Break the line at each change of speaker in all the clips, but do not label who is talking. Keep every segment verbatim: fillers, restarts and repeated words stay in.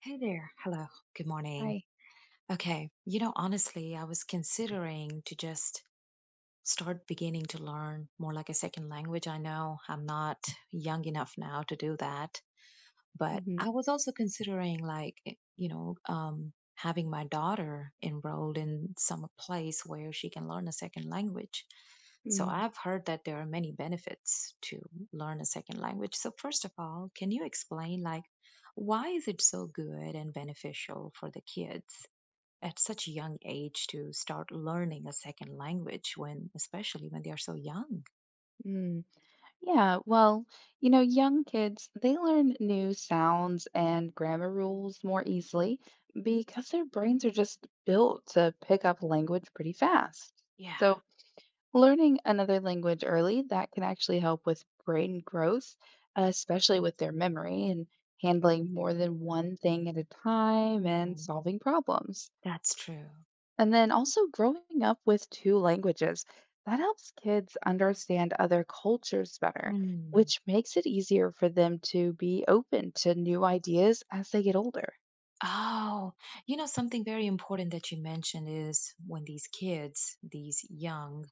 Hey there. Hello. Good morning.
Right.
Okay. You know, honestly, I was considering to just start beginning to learn more like a second language. I know I'm not young enough now to do that, but
Mm-hmm.
I was also considering like eh, you know um having my daughter enrolled in some place where she can learn a second language. So
mm
I've heard that there are many benefits to learn a second language. So first of all, can you explain like why is it so good and beneficial for the kids at such a young age to start learning a second language, when especially when they are so young?
mm Yeah, well, you know, young kids, they learn new sounds and grammar rules more easily because their brains are just built to pick up language pretty fast.
Yeah.
So, learning another language early, that can actually help with brain growth, especially with their memory and handling more than one thing at a time and
Hmm.
solving problems.
That's true.
And then also growing up with two languages, that helps kids understand other cultures better,
Mm.
which makes it easier for them to be open to new ideas as they get older.
Oh, you know, something very important that you mentioned is when these kids, these young,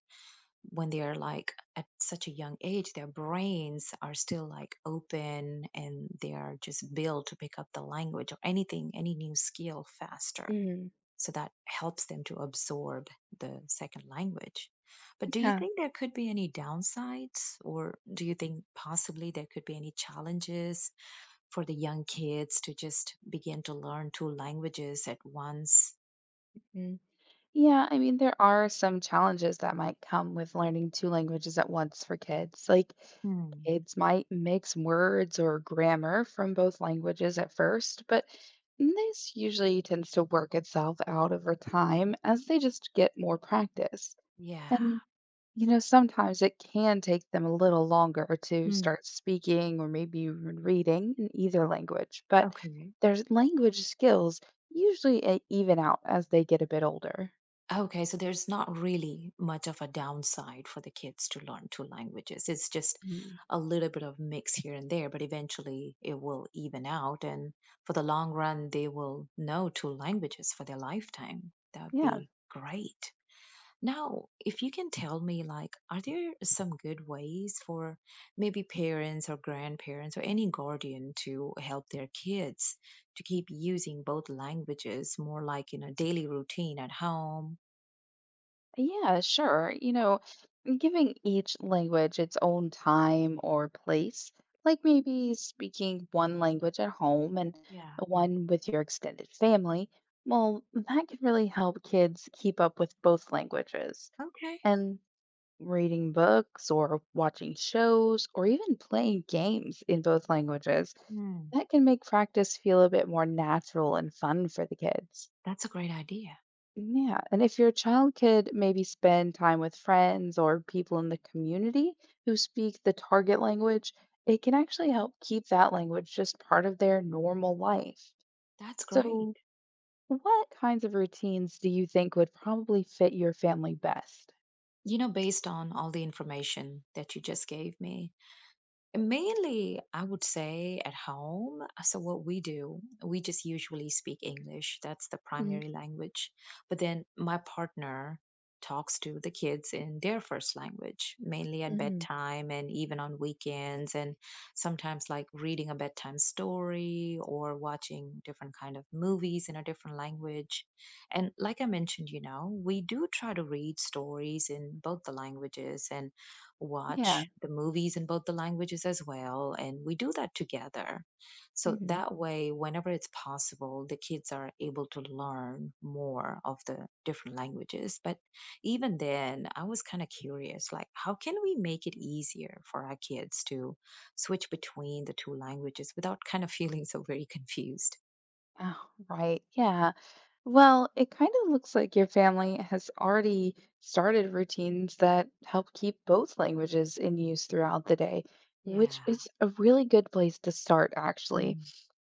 when they are like at such a young age, their brains are still like open and they are just built to pick up the language or anything, any new skill faster.
Mm,
So that helps them to absorb the second language. But do you
yeah.
think there could be any downsides, or do you think possibly there could be any challenges for the young kids to just begin to learn two languages at once?
Yeah, I mean, there are some challenges that might come with learning two languages at once for kids. Like,
Hmm.
kids might mix words or grammar from both languages at first, but this usually tends to work itself out over time as they just get more practice.
Yeah.
And, you know, sometimes it can take them a little longer to
Hmm.
start speaking or maybe even reading in either language, but
Okay.
their language skills usually uh, even out as they get a bit older.
Okay. So there's not really much of a downside for the kids to learn two languages. It's just
Mm.
a little bit of mix here and there, but eventually it will even out. And for the long run, they will know two languages for their lifetime. That would
Yeah,
be great. Now, if you can tell me, like, are there some good ways for maybe parents or grandparents or any guardian to help their kids to keep using both languages more like in a daily routine at home?
yeah, sure. You know, giving each language its own time or place, like maybe speaking one language at home and
Yeah.
one with your extended family, well, that can really help kids keep up with both languages.
Okay.
And reading books or watching shows or even playing games in both languages,
Mm,
that can make practice feel a bit more natural and fun for the kids.
that's a great idea.
Yeah. And if your child could maybe spend time with friends or people in the community who speak the target language, it can actually help keep that language just part of their normal life.
That's great.
So, what kinds of routines do you think would probably fit your family best?
You know, based on all the information that you just gave me, mainly, I would say at home. uh, So, what we do, we just usually speak English. That's the
Mm-hmm.
primary language. But then my partner talks to the kids in their first language, mainly at bedtime and even on weekends, and sometimes like reading a bedtime story or watching different kind of movies in a different language. And like I mentioned, you know, we do try to read stories in both the languages and
Yeah.
watch the movies in both the languages as well, and we do that together so
Mm-hmm.
that way whenever it's possible the kids are able to learn more of the different languages. But even then I was kind of curious like how can we make it easier for our kids to switch between the two languages without kind of feeling so very confused?
Oh, right. Yeah. Well, it kind of looks like your family has already started routines that help keep both languages in use throughout the day, which
Yeah.
is a really good place to start, actually.
Mm.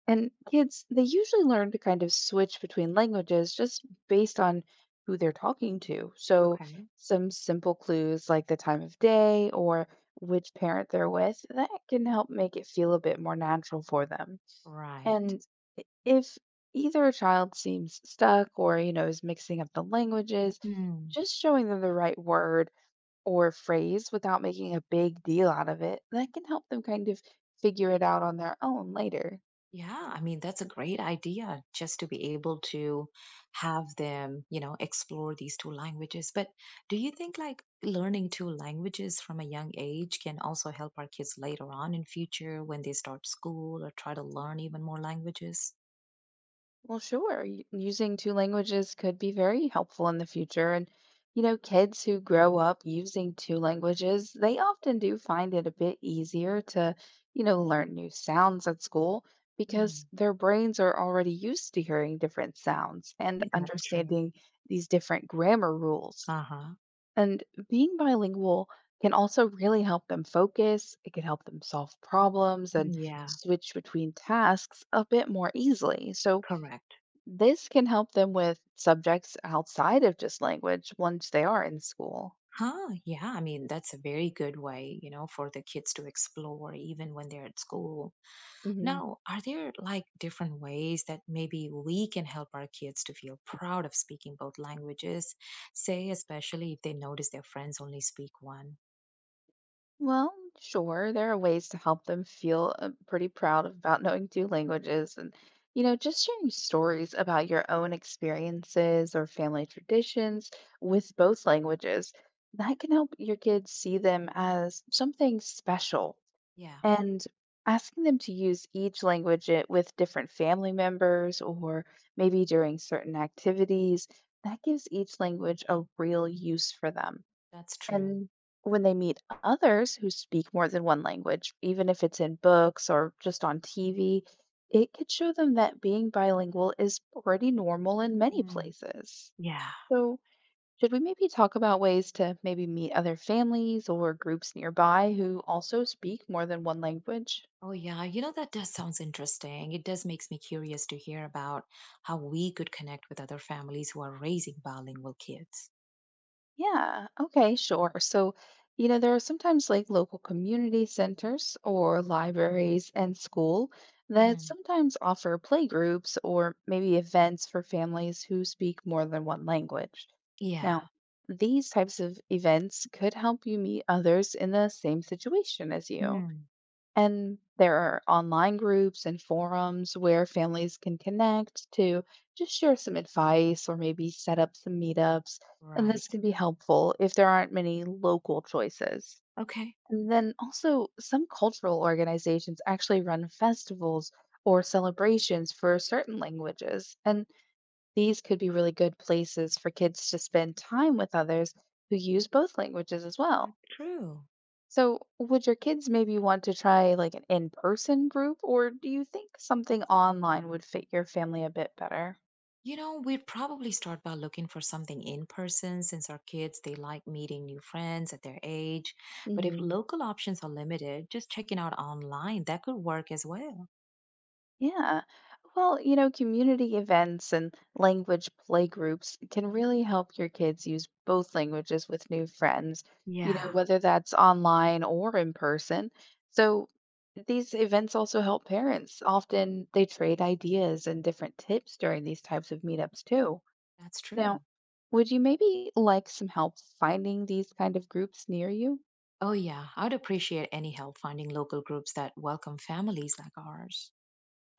And kids, they usually learn to kind of switch between languages just based on who they're talking to. So,
Okay.
some simple clues like the time of day or which parent they're with, that can help make it feel a bit more natural for them.
Right.
And i- if either child seems stuck or, you know, is mixing up the languages, just showing them the right word or phrase without making a big deal out of it, that can help them kind of figure it out on their own later.
Yeah, I mean, that's a great idea just to be able to have them, you know, explore these two languages. But do you think like learning two languages from a young age can also help our kids later on in future when they start school or try to learn even more languages?
Well, sure. y- Using two languages could be very helpful in the future. And, you know, kids who grow up using two languages, they often do find it a bit easier to, you know, learn new sounds at school because
Mm.
their brains are already used to hearing different sounds and
Yeah, that's true.
understanding these different grammar rules.
Uh-huh.
And being bilingual can also really help them focus. It can help them solve problems and
Yeah,
switch between tasks a bit more easily. So,
correct.
this can help them with subjects outside of just language once they are in school.
Huh, yeah, I mean, that's a very good way, you know, for the kids to explore even when they're at school.
Hmm.
Now, are there like different ways that maybe we can help our kids to feel proud of speaking both languages? Say, especially if they notice their friends only speak one.
Well, sure, there are ways to help them feel uh, pretty proud about knowing two languages and, you know, just sharing stories about your own experiences or family traditions with both languages. That can help your kids see them as something special.
Yeah,
And asking them to use each language i- with different family members or maybe during certain activities, that gives each language a real use for them.
that's true.
And when they meet others who speak more than one language, even if it's in books or just on T V, it could show them that being bilingual is pretty normal in many
Mm,
places.
yeah.
So, should we maybe talk about ways to maybe meet other families or groups nearby who also speak more than one language?
Oh, yeah. You know, that does sounds interesting. It does makes me curious to hear about how we could connect with other families who are raising bilingual kids.
Yeah, okay, sure. So, you know, there are sometimes like local community centers or libraries and school that
Mm.
sometimes offer playgroups or maybe events for families who speak more than one language.
Yeah.
Now, these types of events could help you meet others in the same situation as you.
Mm.
And there are online groups and forums where families can connect to just share some advice or maybe set up some meetups. And this
Right.
can be helpful if there aren't many local choices.
Okay.
And then also, some cultural organizations actually run festivals or celebrations for certain languages. And these could be really good places for kids to spend time with others who use both languages as well.
That's true.
So, would your kids maybe want to try like an in-person group, or do you think something online would fit your family a bit better?
You know, we'd probably start by looking for something in person since our kids, they like meeting new friends at their age. But if
Hmm.
local options are limited, just checking out online, that could work as well.
Yeah. Well, you know, community events and language play groups can really help your kids use both languages with new friends, you
Yeah,
know, whether that's online or in person. So these events also help parents. Often they trade ideas and different tips during these types of meetups too.
that's true.
Now, would you maybe like some help finding these kind of groups near you?
Oh, yeah, I'd appreciate any help finding local groups that welcome families like ours.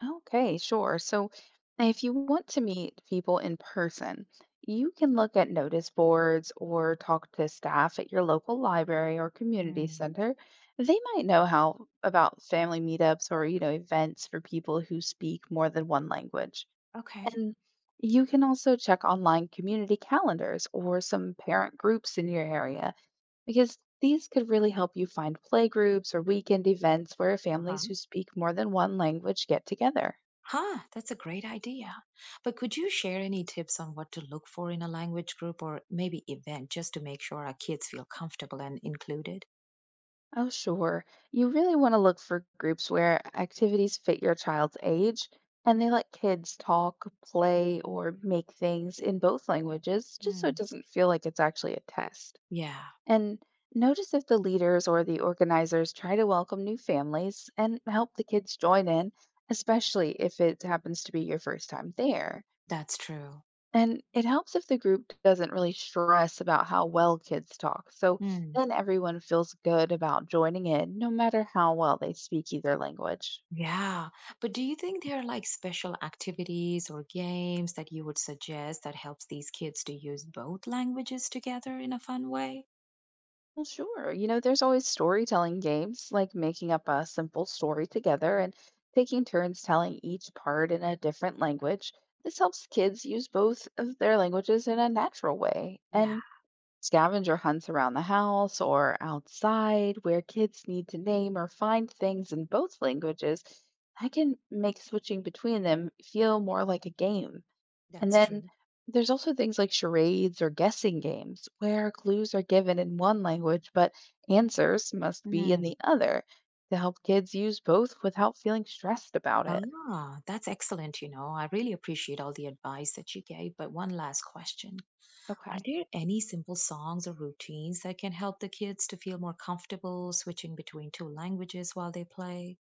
Okay, sure. So if you want to meet people in person, you can look at notice boards or talk to staff at your local library or community
Mm,
center. They might know how about family meetups or, you know, events for people who speak more than one language.
okay.
And you can also check online community calendars or some parent groups in your area because these could really help you find playgroups or weekend events where
Uh huh.
families who speak more than one language get together.
Huh, that's a great idea. But could you share any tips on what to look for in a language group or maybe event just to make sure our kids feel comfortable and included?
Oh, sure. You really want to look for groups where activities fit your child's age and they let kids talk, play, or make things in both languages just so it doesn't feel like it's actually a test.
Yeah,
And notice if the leaders or the organizers try to welcome new families and help the kids join in, especially if it happens to be your first time there.
that's true.
And it helps if the group doesn't really stress about how well kids talk. So
Mm,
then everyone feels good about joining in, no matter how well they speak either language.
yeah. But do you think there are like special activities or games that you would suggest that helps these kids to use both languages together in a fun way?
Well, sure. You know, there's always storytelling games, like making up a simple story together and taking turns telling each part in a different language. This helps kids use both of their languages in a natural way.
Yeah,
And scavenger hunts around the house or outside where kids need to name or find things in both languages, that can make switching between them feel more like a game. And
that's
then
true.
there's also things like charades or guessing games where clues are given in one language but answers must be in
Mm.
the other to help kids use both without feeling stressed about it.
Ah, that's excellent. You know, I really appreciate all the advice that you gave. But one last question. Are
Okay.
there any simple songs or routines that can help the kids to feel more comfortable switching between two languages while they play?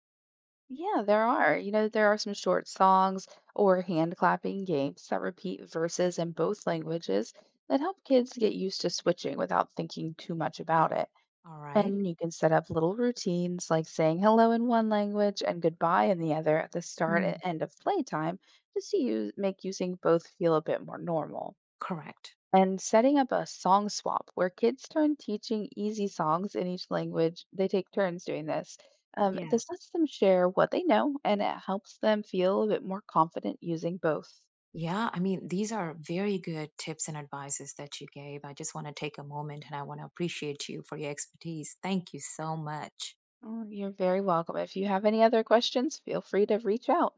Yeah, there are. You know, there are some short songs or hand clapping games that repeat verses in both languages that help kids get used to switching without thinking too much about it.
All right.
And you can set up little routines like saying hello in one language and goodbye in the other at the start and
Mm.
end of playtime just to use, make using both feel a bit more normal.
Correct.
And setting up a song swap where kids turn teaching easy songs in each language. They take turns doing this. Um,
Yeah.
this lets them share what they know and it helps them feel a bit more confident using both.
Yeah, I mean, these are very good tips and advices that you gave. I just want to take a moment and I want to appreciate you for your expertise. Thank you so much.
Oh, you're very welcome. If you have any other questions, feel free to reach out.